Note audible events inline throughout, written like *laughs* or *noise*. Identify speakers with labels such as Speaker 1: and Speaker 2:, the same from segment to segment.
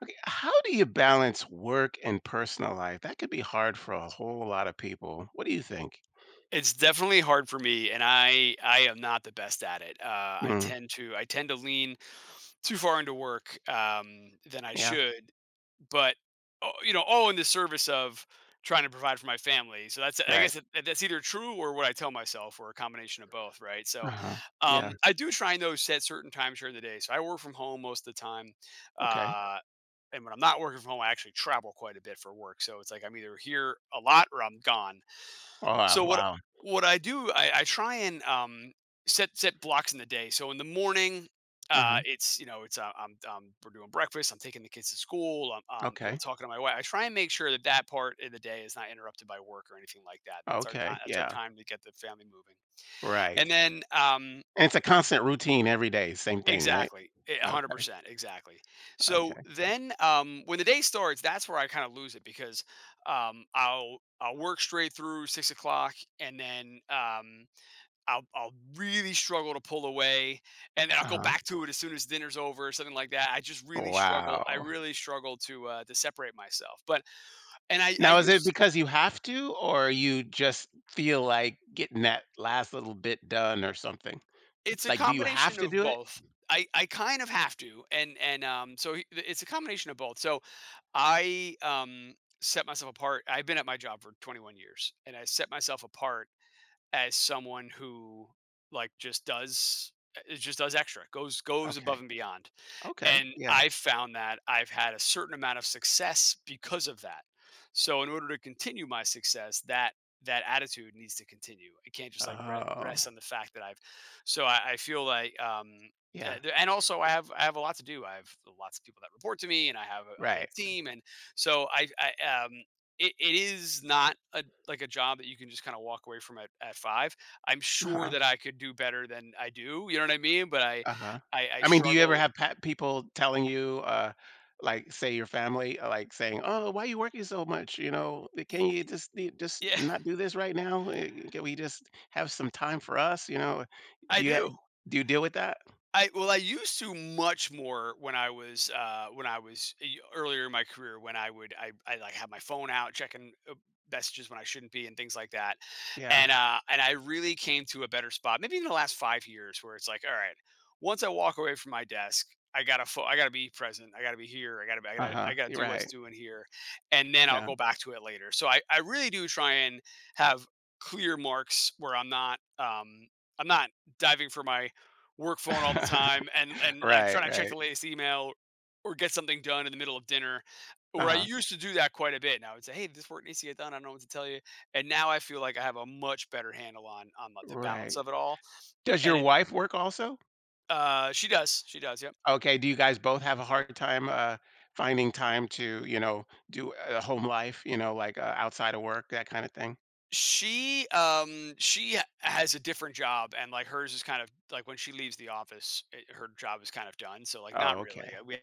Speaker 1: Okay, how do you balance work and personal life? That could be hard for a whole lot of people. What do you think?
Speaker 2: It's definitely hard for me, and I am not the best at it. I
Speaker 1: Mm,
Speaker 2: tend to I tend to lean too far into work than I
Speaker 1: yeah,
Speaker 2: should, but oh, you know, all in the service of trying to provide for my family. So that's I guess
Speaker 1: right.
Speaker 2: that's either true or what I tell myself, or a combination of both, right? So
Speaker 1: Uh-huh. Yeah.
Speaker 2: I do try and though set certain times during the day. So I work from home most of the time.
Speaker 1: Okay.
Speaker 2: Uh, and when I'm not working from home, I actually travel quite a bit for work. So it's like I'm either here a lot or I'm gone.
Speaker 1: Oh, wow.
Speaker 2: So what
Speaker 1: Wow.
Speaker 2: what I do, I try and set blocks in the day. So in the morning,
Speaker 1: Uh-huh.
Speaker 2: it's it's I'm, we're doing breakfast. I'm taking the kids to school. I'm
Speaker 1: Okay.
Speaker 2: talking to my wife. I try and make sure that that part of the day is not interrupted by work or anything like that. That's our
Speaker 1: Okay.
Speaker 2: time. That's our
Speaker 1: Yeah.
Speaker 2: time to get the family moving. And
Speaker 1: Right.
Speaker 2: then
Speaker 1: And it's a constant routine every day. Same thing, right?
Speaker 2: exactly, one hundred
Speaker 1: Okay.
Speaker 2: percent, exactly. So
Speaker 1: Okay.
Speaker 2: then when the day starts, that's where I kind of lose it because I'll work straight through 6 o'clock, and then I'll really struggle to pull away, and then I'll go
Speaker 1: Uh-huh.
Speaker 2: back to it as soon as dinner's over or something like that. I just really struggle. I
Speaker 1: Wow.
Speaker 2: really struggle to separate myself. But and I
Speaker 1: Now, is it
Speaker 2: used
Speaker 1: because you have to, or you just feel like getting that last little bit done or something?
Speaker 2: it's a
Speaker 1: Like, do you have
Speaker 2: combination
Speaker 1: to
Speaker 2: of
Speaker 1: do it?
Speaker 2: both. I kind of have to, and it's a combination of both. So I set myself apart. I've been at my job for 21 years, and I set myself apart as someone who like just does it just does extra goes above
Speaker 1: Okay.
Speaker 2: and beyond.
Speaker 1: Okay.
Speaker 2: And
Speaker 1: Yeah.
Speaker 2: I've found that I've had a certain amount of success because of that. So in order to continue my success, that attitude needs to continue. I can't just like
Speaker 1: Oh,
Speaker 2: rest on the fact that I've. So I feel like,
Speaker 1: yeah.
Speaker 2: and also I have a lot to do. I have lots of people that report to me, and I have a
Speaker 1: Right.
Speaker 2: big team, and so it is not a like a job that you can just kind of walk away from at five. I'm sure
Speaker 1: Uh-huh.
Speaker 2: that I could do better than I do. You know what I mean? But I
Speaker 1: Uh-huh.
Speaker 2: I, I
Speaker 1: I mean, do you ever
Speaker 2: struggle.
Speaker 1: have pat people telling you, like, say your family, like, saying, "Oh, why you working so much?" You know, Can you just
Speaker 2: Yeah,
Speaker 1: not do this right now? Can we just have some time for us?" You know,
Speaker 2: *laughs*
Speaker 1: do
Speaker 2: I
Speaker 1: you
Speaker 2: do.
Speaker 1: do you deal with that?
Speaker 2: I well, I used to much more when I was earlier in my career when I would I like have my phone out checking messages when I shouldn't be and things like that,
Speaker 1: Yeah.
Speaker 2: and I really came to a better spot maybe in the last five years where it's like all right once I walk away from my desk I gotta I gotta be present I gotta be here I gotta be,
Speaker 1: Uh-huh.
Speaker 2: I gotta
Speaker 1: You're
Speaker 2: do what's
Speaker 1: right.
Speaker 2: doing here and then I'll
Speaker 1: Yeah.
Speaker 2: go back to it later so I really do try and have clear marks where I'm not I'm not diving for my work phone all the time
Speaker 1: *laughs*
Speaker 2: and I try
Speaker 1: Right,
Speaker 2: not to check
Speaker 1: right.
Speaker 2: the latest email or get something done in the middle of dinner. Where I
Speaker 1: Uh-huh.
Speaker 2: used to do that quite a bit. And I would say, hey, this work needs to get done. I don't know what to tell you. And now I feel like I have a much better handle on like, the balance
Speaker 1: Right.
Speaker 2: of it all.
Speaker 1: Does
Speaker 2: And
Speaker 1: your
Speaker 2: it
Speaker 1: wife work also?
Speaker 2: she does. She does, yep.
Speaker 1: Okay, do you guys both have a hard time, finding time to, do a home life, like, outside of work, that kinda thing?
Speaker 2: She has a different job and like hers is kind of like when she leaves the office, it, her job is kind of done. So like not
Speaker 1: Oh,
Speaker 2: really.
Speaker 1: okay.
Speaker 2: We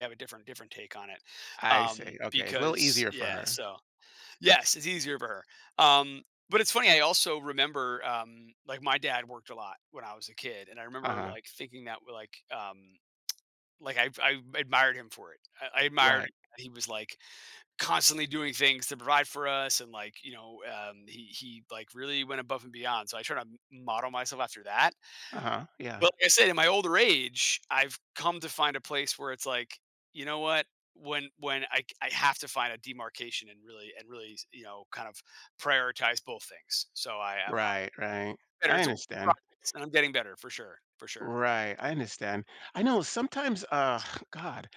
Speaker 2: have a different take on it.
Speaker 1: I see, okay, it's a little
Speaker 2: Because
Speaker 1: easier for
Speaker 2: yeah,
Speaker 1: her.
Speaker 2: so yes, it's easier for her. Um, but it's funny. I also remember, like my dad worked a lot when I was a kid, and I remember
Speaker 1: Uh-huh.
Speaker 2: like thinking that like I admired him for it. I admired
Speaker 1: Right.
Speaker 2: that he was like constantly doing things to provide for us, and like you know he like really went above and beyond. So I try to model myself after that.
Speaker 1: Uh-huh, yeah.
Speaker 2: Well, like I said, in my older age, I've come to find a place where it's like, you know what? When I have to find a demarcation and really you know kind of prioritize both things. So I'm
Speaker 1: Right, right.
Speaker 2: better.
Speaker 1: I
Speaker 2: It's a work in
Speaker 1: understand.
Speaker 2: progress, and I'm getting better for sure, for sure.
Speaker 1: Right, I understand. I know sometimes, *sighs* God.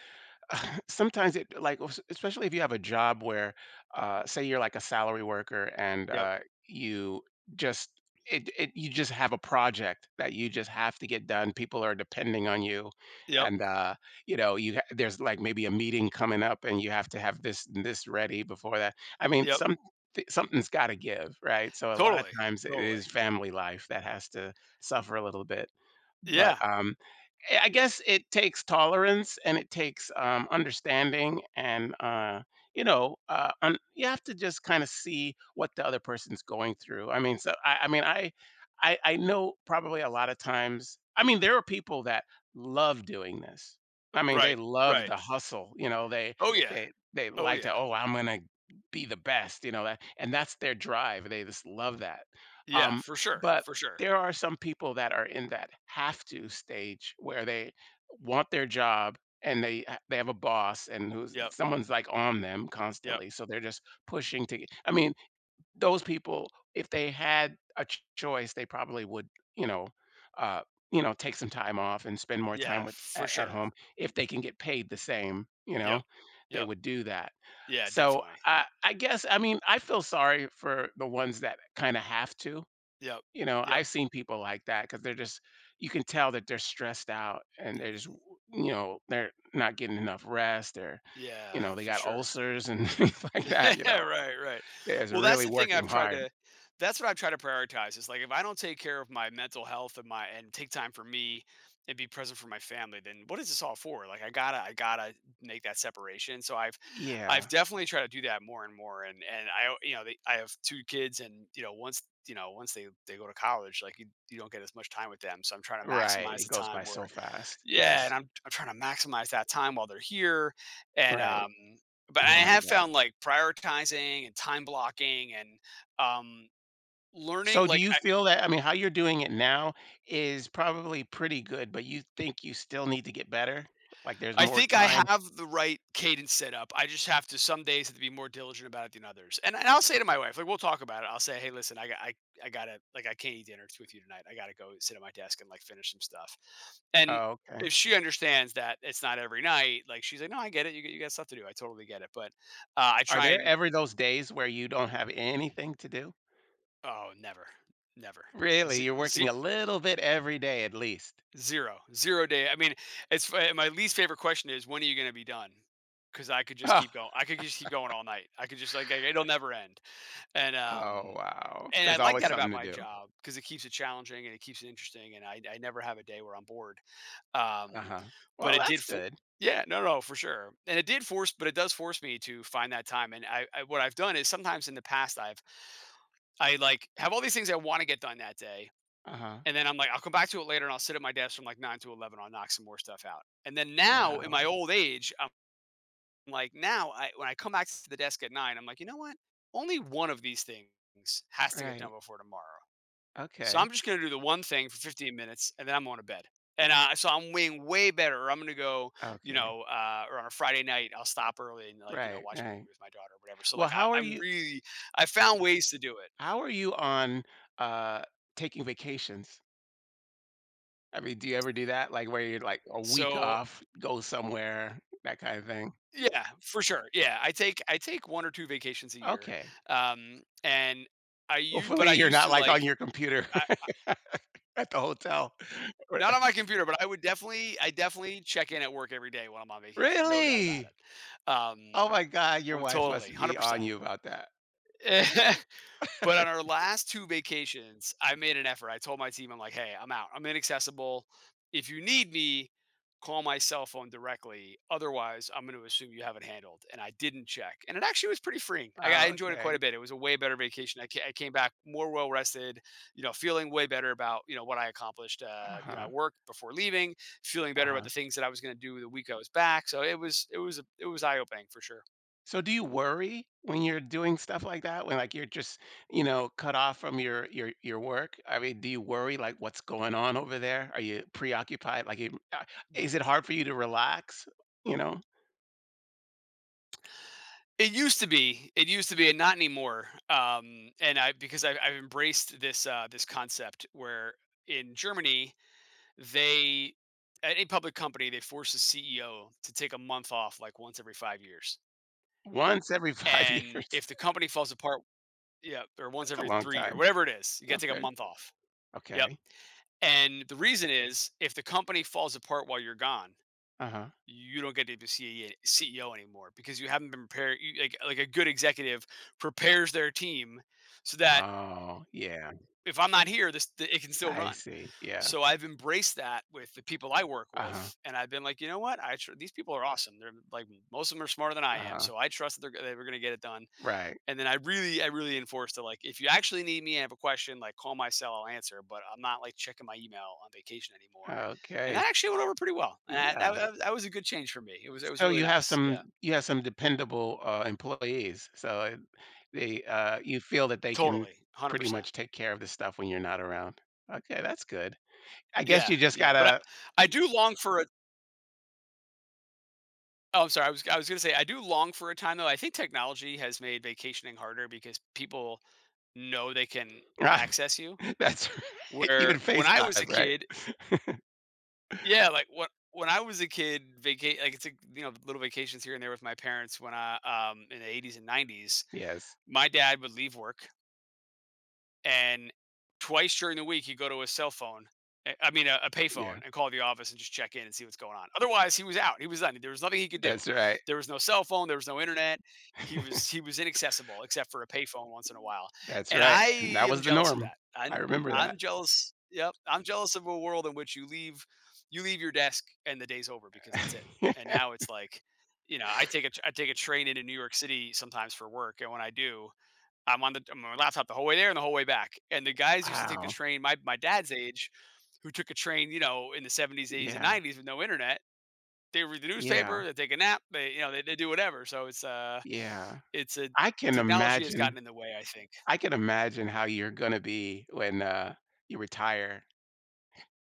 Speaker 1: *laughs* Sometimes it like especially if you have a job where say you're like a salary worker and
Speaker 2: Yep,
Speaker 1: you just it you just have a project that you just have to get done. People are depending on you,
Speaker 2: yep,
Speaker 1: and you know you there's like maybe a meeting coming up and you have to have this and this ready before that. i mean
Speaker 2: yep.
Speaker 1: some Something's got to give, right? So a lot of
Speaker 2: Totally,
Speaker 1: times it
Speaker 2: totally.
Speaker 1: is family life that has to suffer a little bit, but
Speaker 2: Yeah.
Speaker 1: I guess it takes tolerance and it takes, understanding, and, you have to just kinda see what the other person's going through. I mean, so I mean, I know probably a lot of times. I mean, there are people that love doing this. I mean, they
Speaker 2: Right.
Speaker 1: love
Speaker 2: Right.
Speaker 1: the hustle, you know, they
Speaker 2: Oh yeah.
Speaker 1: they they
Speaker 2: Oh
Speaker 1: like to,
Speaker 2: yeah.
Speaker 1: "Oh, I'm gonna be the best," you know, that and that's their drive, they just love that.
Speaker 2: Yeah.
Speaker 1: Um,
Speaker 2: For sure.
Speaker 1: but
Speaker 2: For sure.
Speaker 1: there are some people that are in that have to stage where they want their job, and they they have a boss and who's
Speaker 2: Yep.
Speaker 1: someone's like on them
Speaker 2: Yep.
Speaker 1: constantly, so they're just pushing to Those people, if they had a choice, they probably would, you know uh take some time off and spend more time
Speaker 2: Yeah.
Speaker 1: with
Speaker 2: For
Speaker 1: at
Speaker 2: sure.
Speaker 1: home if they can get paid the same, you know,
Speaker 2: Yep.
Speaker 1: they
Speaker 2: Yep.
Speaker 1: would do that.
Speaker 2: Yeah.
Speaker 1: So
Speaker 2: Definitely.
Speaker 1: I guess, I mean, I feel sorry for the ones that kind of have to,
Speaker 2: Yep.
Speaker 1: you know.
Speaker 2: Yep.
Speaker 1: I've seen people like that because 'cause they're just, you can tell that they're stressed out and they're just, w you know, they're not getting enough rest, or, you
Speaker 2: Yeah.
Speaker 1: know, they
Speaker 2: For
Speaker 1: got
Speaker 2: sure.
Speaker 1: ulcers and *laughs* things like that, you
Speaker 2: *laughs*
Speaker 1: know?
Speaker 2: Right, right.
Speaker 1: It's
Speaker 2: Well, that's
Speaker 1: really
Speaker 2: the thing
Speaker 1: working
Speaker 2: I've tried
Speaker 1: hard.
Speaker 2: to prioritize is like if I don't take care of my mental health and my and take time for me and be present for my family, then what is this all for? Like I gotta make that separation. So I've
Speaker 1: Yeah,
Speaker 2: definitely tried to do that more and more. And I you know, they, I have two kids and you know, once they go to college, like you don't get as much time with them. So I'm trying to
Speaker 1: right,
Speaker 2: maximize
Speaker 1: it
Speaker 2: the
Speaker 1: goes
Speaker 2: time
Speaker 1: by so
Speaker 2: where
Speaker 1: fast,
Speaker 2: yeah,
Speaker 1: yes,
Speaker 2: and I'm trying to maximize that time while they're here, and,
Speaker 1: right,
Speaker 2: but I
Speaker 1: oh my
Speaker 2: have
Speaker 1: god.
Speaker 2: found, like, prioritizing and time blocking and, um,
Speaker 1: So
Speaker 2: learning,
Speaker 1: do
Speaker 2: like,
Speaker 1: you
Speaker 2: I
Speaker 1: feel that, I mean, how you're doing it now is probably pretty good, but you think you still need to get better? Like, there's
Speaker 2: I
Speaker 1: more
Speaker 2: think I
Speaker 1: time?
Speaker 2: have the right cadence set up, I just have to some days have to be more diligent about it than others, and I'll say to my wife, like, we'll talk about it, I'll say, "Hey, listen, I got I gotta like, I can't eat dinner with you tonight, I gotta go sit at my desk and, like, finish some stuff," and
Speaker 1: Oh, okay.
Speaker 2: if she understands that it's not every night, like, she's like, "No, I get it, you got stuff to do, I totally get it," but, I
Speaker 1: Are
Speaker 2: try
Speaker 1: there
Speaker 2: and
Speaker 1: ever those days where you don't have anything to do?
Speaker 2: oh, never, never.
Speaker 1: Really?
Speaker 2: Ze
Speaker 1: You're working a
Speaker 2: ze
Speaker 1: little bit every day at least?
Speaker 2: zero, zero day. I mean, it's f my least favorite question is, "When are you gonna be done? Because I could just
Speaker 1: Oh,
Speaker 2: keep going. I could just keep going all night. I could just like, I it'll never end, and, um,
Speaker 1: oh, wow. So
Speaker 2: and I
Speaker 1: there's
Speaker 2: like
Speaker 1: always
Speaker 2: that about
Speaker 1: something to
Speaker 2: my
Speaker 1: do.
Speaker 2: job because it keeps it challenging and it keeps it interesting, and I never have a day where I'm bored, um,
Speaker 1: Uh-huh.
Speaker 2: but
Speaker 1: Well,
Speaker 2: it
Speaker 1: that's
Speaker 2: did for
Speaker 1: good.
Speaker 2: yeah, no, no, for sure, and it did force but it does force me to find that time, and I what I've done is sometimes in the past, I've like, have all these things I wanna get done that day.
Speaker 1: Uh-huh.
Speaker 2: And then I'm like, I'll come back to it later and I'll sit at my desk from like nine to 11. I'll knock some more stuff out. And then now in my
Speaker 1: Wow.
Speaker 2: old age, I'm like, now when I come back to the desk at nine, I'm like, you know what? Only one of these things has to get done
Speaker 1: Right.
Speaker 2: before tomorrow. So
Speaker 1: Okay.
Speaker 2: I'm just going to do the one thing for 15 minutes and then I'm going to bed. And so I'm weighing way better. Or I'm going to go, you
Speaker 1: Okay.
Speaker 2: know, or on a Friday night, I'll stop early and like, you know,
Speaker 1: Right,
Speaker 2: watch a movie
Speaker 1: right.
Speaker 2: with my daughter or whatever. So
Speaker 1: Well,
Speaker 2: like,
Speaker 1: how are
Speaker 2: I'm
Speaker 1: you
Speaker 2: really, I found ways to do it.
Speaker 1: how are you on, uh, taking vacations? I mean, do you ever do that? Like, where you're, like, a week
Speaker 2: So
Speaker 1: off, go somewhere, that kind of thing?
Speaker 2: yeah, for sure. Yeah, I take 1 or 2 vacations a year.
Speaker 1: Okay.
Speaker 2: And I use. But I
Speaker 1: Hopefully, you're
Speaker 2: used
Speaker 1: not,
Speaker 2: to,
Speaker 1: like, on
Speaker 2: like
Speaker 1: your computer
Speaker 2: I
Speaker 1: *laughs* at the hotel.
Speaker 2: not on my computer, but I would definitely I definitely check in at work every day when I'm on
Speaker 1: *laughs*
Speaker 2: vacation, no doubt about
Speaker 1: Really?
Speaker 2: it. Um,
Speaker 1: Oh my god, your
Speaker 2: well,
Speaker 1: wife
Speaker 2: totally,
Speaker 1: must be on
Speaker 2: 100%.
Speaker 1: you about that.
Speaker 2: *laughs* But on our last 2 vacations, I made an effort. I told my team, I'm like, "Hey, I'm out. I'm inaccessible. If you need me, call my cell phone directly. Otherwise, I'm gonna assume you have it handled." And I didn't check. And it actually was pretty freeing. I
Speaker 1: Oh,
Speaker 2: enjoyed it quite
Speaker 1: okay.
Speaker 2: a bit. It was a way better vacation. I came back more well rested, you know, feeling way better about, you know, what I accomplished, you know,
Speaker 1: Uh-huh,
Speaker 2: at work before leaving, feeling better about
Speaker 1: uh-huh.
Speaker 2: the things that I was gonna do the week I was back. So it was a it was eye opening for sure.
Speaker 1: So do you worry when you're doing stuff like that? When, like, you're just, you know, cut off from your work? I mean, do you worry, like, what's going on over there? Are you preoccupied? Like, you is it hard for you to relax, you know?
Speaker 2: It used to be, it used to be, and not anymore. And I because I've embraced this this concept where in Germany they at any public company they force the CEO to take a month off like once every 5 years,
Speaker 1: Once every 5 *laughs*
Speaker 2: and
Speaker 1: years.
Speaker 2: if the company falls apart, yeah, or once
Speaker 1: That's a
Speaker 2: every
Speaker 1: long
Speaker 2: 3 year,
Speaker 1: time.
Speaker 2: whatever it is, you got to take a
Speaker 1: Okay.
Speaker 2: month off. Yep.
Speaker 1: Okay.
Speaker 2: And the reason is if the company falls apart while you're gone,
Speaker 1: Uh-huh.
Speaker 2: you don't get to be CEO anymore because you haven't been prepared. Like a good executive prepares their team so that
Speaker 1: Oh, yeah.
Speaker 2: if I'm not here, it can still
Speaker 1: I
Speaker 2: run.
Speaker 1: see. Yeah.
Speaker 2: So I've embraced that with the people I work
Speaker 1: Uh-huh,
Speaker 2: with, and I've been like, you know what? These people are awesome. They're like most of them are smarter than I am,
Speaker 1: uh-huh.
Speaker 2: so I trust that that we're going to get it done.
Speaker 1: Right.
Speaker 2: And then I really enforced it. Like, if you actually need me and have a question, like call my cell, I'll answer. But I'm not like checking my email on vacation anymore. And
Speaker 1: Okay.
Speaker 2: that actually went over pretty well. And I,
Speaker 1: Yeah.
Speaker 2: that, that that was a good change for me. It was
Speaker 1: So
Speaker 2: really
Speaker 1: you have
Speaker 2: nice.
Speaker 1: some,
Speaker 2: Yeah,
Speaker 1: you have some dependable, employees, so, they, you feel that they can
Speaker 2: totally, hundred
Speaker 1: pretty
Speaker 2: percent.
Speaker 1: much take care of the stuff when you're not around. Okay, that's good. I guess
Speaker 2: Yeah,
Speaker 1: you just
Speaker 2: yeah. But
Speaker 1: gotta
Speaker 2: I do long for a. Oh, I'm sorry. I was gonna say I do long for a time though. I think technology has made vacationing harder because people know they can
Speaker 1: *laughs*
Speaker 2: access you.
Speaker 1: that's right, *laughs*
Speaker 2: Where
Speaker 1: even
Speaker 2: when I was
Speaker 1: FaceTime,
Speaker 2: a
Speaker 1: right?
Speaker 2: kid, yeah, like what when I was a kid, like it's a, you know, little vacations here and there with my parents when I in the 80s and 90s,
Speaker 1: Yes.
Speaker 2: my dad would leave work and twice during the week he'd go to his cell phone a payphone
Speaker 1: Yeah.
Speaker 2: and call the office and just check in and see what's going on. Otherwise he was out, he was done, there was nothing he could do.
Speaker 1: That's right.
Speaker 2: There was no cell phone, there was no internet. He was he was inaccessible except for a payphone once in a while.
Speaker 1: That's
Speaker 2: And
Speaker 1: right,
Speaker 2: I
Speaker 1: and that
Speaker 2: am
Speaker 1: was the
Speaker 2: jealous of
Speaker 1: norm.
Speaker 2: that.
Speaker 1: I
Speaker 2: i'm
Speaker 1: remember that.
Speaker 2: i'm jealous, yep, I'm jealous of a world in which you leave your desk and the day's over because that's it. And
Speaker 1: *laughs*
Speaker 2: now it's like, you know, I take a train into New York City sometimes for work, and when I do, I'm on my laptop the whole way there and the whole way back. And the guys used to take the
Speaker 1: Wow.
Speaker 2: train, my dad's age, who took a train, you know, in the 70s, 80s, and
Speaker 1: Yeah.
Speaker 2: 90s with no internet. They read the
Speaker 1: Yeah.
Speaker 2: newspaper, they take a nap, they they do whatever. So
Speaker 1: Yeah.
Speaker 2: it's a
Speaker 1: I can
Speaker 2: technology has
Speaker 1: imagine
Speaker 2: gotten in the way, I think.
Speaker 1: I can imagine how you're gonna be when, you retire.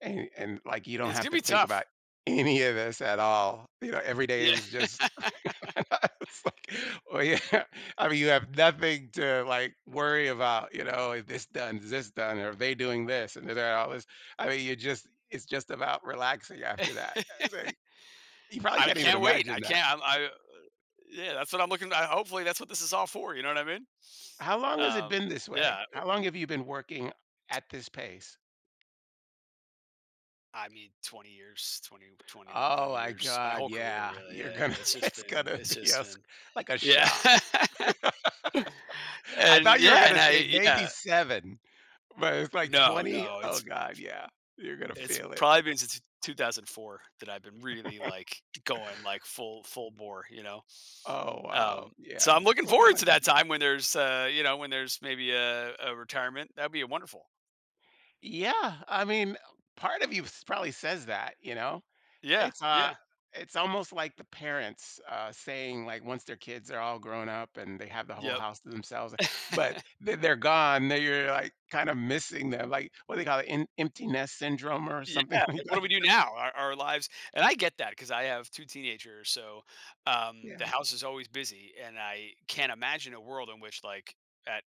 Speaker 1: And, like, you don't
Speaker 2: It's
Speaker 1: have
Speaker 2: gonna
Speaker 1: to
Speaker 2: be
Speaker 1: think
Speaker 2: tough.
Speaker 1: about *laughs* any of this at all. You know, every day
Speaker 2: Yeah.
Speaker 1: is
Speaker 2: *laughs*
Speaker 1: just *laughs* it's like, well, yeah, *laughs* I mean, you have nothing to, like, worry about, you know, "Is this done? Is this done? Or are they doing this?" And they're all this. I mean, you just, it's just about relaxing after that. It's like, you probably
Speaker 2: I
Speaker 1: can't even
Speaker 2: can't wait. I
Speaker 1: imagine that.
Speaker 2: can't I'm I Yeah, that's what I hopefully that's what this is all for, you know what I mean?
Speaker 1: How long has it been this way?
Speaker 2: Yeah,
Speaker 1: How long have you been working at this pace?
Speaker 2: I mean,
Speaker 1: Oh
Speaker 2: 21
Speaker 1: my
Speaker 2: years, my
Speaker 1: god,
Speaker 2: whole career,
Speaker 1: yeah.
Speaker 2: really.
Speaker 1: You're gonna *laughs* it's gonna
Speaker 2: It's
Speaker 1: be a
Speaker 2: just
Speaker 1: s
Speaker 2: been,
Speaker 1: like a
Speaker 2: yeah,
Speaker 1: shock.
Speaker 2: *laughs*
Speaker 1: I thought
Speaker 2: and
Speaker 1: you were gonna say maybe
Speaker 2: yeah,
Speaker 1: 7, but it's like 20?
Speaker 2: no,
Speaker 1: Oh god, yeah. You're gonna
Speaker 2: it's
Speaker 1: feel it.
Speaker 2: probably been since 2004 that I've been really like going like full bore, you know.
Speaker 1: Oh, wow,
Speaker 2: So
Speaker 1: yeah.
Speaker 2: I'm looking
Speaker 1: Oh
Speaker 2: forward
Speaker 1: my
Speaker 2: to
Speaker 1: good,
Speaker 2: that time when there's, you know, when there's maybe a retirement. That'd be wonderful.
Speaker 1: yeah, I mean, part of you s probably says that, you know?
Speaker 2: Yeah,
Speaker 1: It's, uh
Speaker 2: yeah,
Speaker 1: it's almost like the parents, saying, like, once their kids are all grown up and they have the whole
Speaker 2: yep.
Speaker 1: house to themselves, but
Speaker 2: *laughs*
Speaker 1: they're gone, then you're, like, kinda missing them, like, what do they call it, empty nest syndrome or
Speaker 2: Yeah,
Speaker 1: something *laughs* like
Speaker 2: like, what
Speaker 1: that?
Speaker 2: do we do now? Our lives, and I get that because I have two teenagers, so the
Speaker 1: Yeah.
Speaker 2: house is always busy, and I can't imagine a world in which, like, at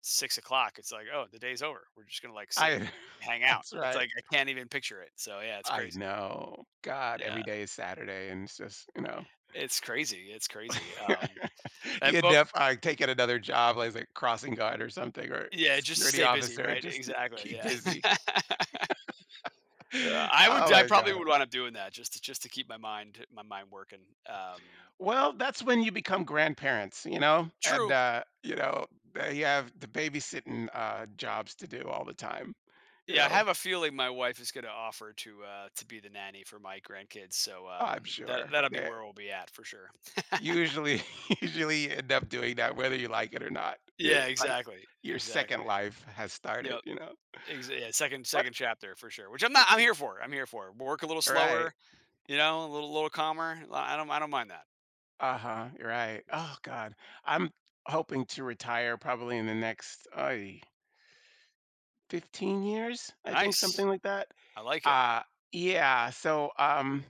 Speaker 2: 6 o'clock, it's like, oh, the day's over. We're just gonna like sit and
Speaker 1: I
Speaker 2: hang
Speaker 1: *laughs*
Speaker 2: out.
Speaker 1: that's
Speaker 2: That's
Speaker 1: right.
Speaker 2: like I can't even picture it. So yeah, it's
Speaker 1: I
Speaker 2: crazy.
Speaker 1: know. God, every
Speaker 2: Yeah,
Speaker 1: day is Saturday, and it's just, you know,
Speaker 2: it's crazy. It's crazy.
Speaker 1: *laughs*
Speaker 2: And
Speaker 1: you
Speaker 2: but
Speaker 1: def I take it another job, like, a crossing guard or something, or
Speaker 2: Yeah, just to
Speaker 1: security
Speaker 2: stay busy,
Speaker 1: officer,
Speaker 2: right?
Speaker 1: just to
Speaker 2: Exactly.
Speaker 1: keep
Speaker 2: Yeah.
Speaker 1: busy.
Speaker 2: *laughs*
Speaker 1: *laughs*
Speaker 2: I
Speaker 1: Oh
Speaker 2: would. I
Speaker 1: my
Speaker 2: probably
Speaker 1: god.
Speaker 2: would want to doing that just to keep my mind working.
Speaker 1: Well, that's when you become grandparents, you know, and,
Speaker 2: True.
Speaker 1: you have the babysitting, jobs to do all the time, you
Speaker 2: Yeah, I
Speaker 1: know,
Speaker 2: have a feeling my wife is going to offer to be the nanny for my grandkids, so
Speaker 1: I'm sure.
Speaker 2: that'll be
Speaker 1: That
Speaker 2: where we'll be at for sure.
Speaker 1: usually *laughs* usually you end up doing that whether you like it or not.
Speaker 2: Yeah,
Speaker 1: It's like
Speaker 2: exactly.
Speaker 1: your second
Speaker 2: Exactly.
Speaker 1: life has started,
Speaker 2: Yep.
Speaker 1: you know?
Speaker 2: Yeah, second chapter for sure. Which I'm not I'm here for. I'm here for. Work a little
Speaker 1: Right.
Speaker 2: slower, you know, a little calmer. I don't mind that.
Speaker 1: Uh-huh, you're right.
Speaker 2: Yeah.
Speaker 1: Oh god. I'm hoping to retire probably in the next, 15 years, I think, something
Speaker 2: Nice.
Speaker 1: like that.
Speaker 2: I like it.
Speaker 1: Uh, yeah, so,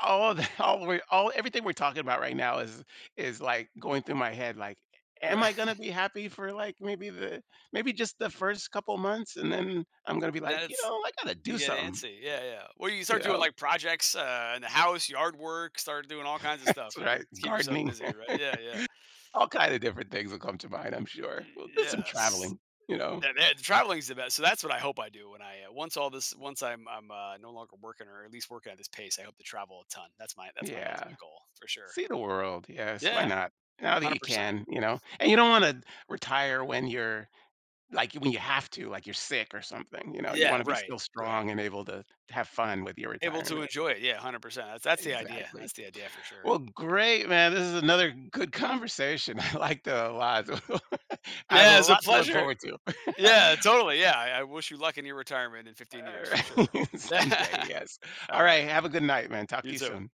Speaker 1: all the *laughs* all we all everything we're talking about right now is like, going through my head, like, "Am I gonna
Speaker 2: Right.
Speaker 1: be happy for, like, maybe just the first couple months?" And then I'm gonna be
Speaker 2: *laughs*
Speaker 1: like, "You
Speaker 2: That's
Speaker 1: know, I gotta
Speaker 2: You
Speaker 1: do
Speaker 2: get
Speaker 1: something."
Speaker 2: antsy. Yeah, yeah. Well, you
Speaker 1: You
Speaker 2: start doing
Speaker 1: know?
Speaker 2: like projects in the house, yard work, start doing all kinds
Speaker 1: *laughs*
Speaker 2: of
Speaker 1: That's
Speaker 2: stuff. You could
Speaker 1: right,
Speaker 2: keep yourself
Speaker 1: gardening.
Speaker 2: busy, right?
Speaker 1: *laughs*
Speaker 2: Yeah, yeah.
Speaker 1: All kind of different things will come to mind, I'm
Speaker 2: Y-
Speaker 1: sure. Well, there's some
Speaker 2: Yes.
Speaker 1: traveling, you know?
Speaker 2: That traveling's the best. So that's what I hope I do when I, once all this once I'm no longer working or at least working at this pace, I hope to travel a ton. That's my
Speaker 1: Yeah.
Speaker 2: ultimate goal for sure.
Speaker 1: See the world, yes, why
Speaker 2: Yeah,
Speaker 1: not? Now that you
Speaker 2: 100%.
Speaker 1: can, you know? And you don't wanna retire when you're like, when you have to, like, you're sick or something, you know? You
Speaker 2: Yeah,
Speaker 1: wanna be still
Speaker 2: right, right.
Speaker 1: strong and able to have fun with your
Speaker 2: Able to
Speaker 1: retirement.
Speaker 2: enjoy it. Yeah, 100%. That's the idea.
Speaker 1: Exactly.
Speaker 2: That's the idea for sure.
Speaker 1: Well, great, man, this is another good conversation. *laughs* I liked it a lot. *laughs* I have
Speaker 2: Yeah,
Speaker 1: a
Speaker 2: it's a
Speaker 1: lot to look
Speaker 2: pleasure.
Speaker 1: forward to.
Speaker 2: Yeah,
Speaker 1: *laughs*
Speaker 2: totally. Yeah, I wish you luck in your retirement in 15 years for sure.
Speaker 1: Alright, *laughs*
Speaker 2: *laughs* All
Speaker 1: someday, yes. Alright,
Speaker 2: right.
Speaker 1: have a good night, man. Talk to
Speaker 2: You
Speaker 1: you
Speaker 2: too.
Speaker 1: soon.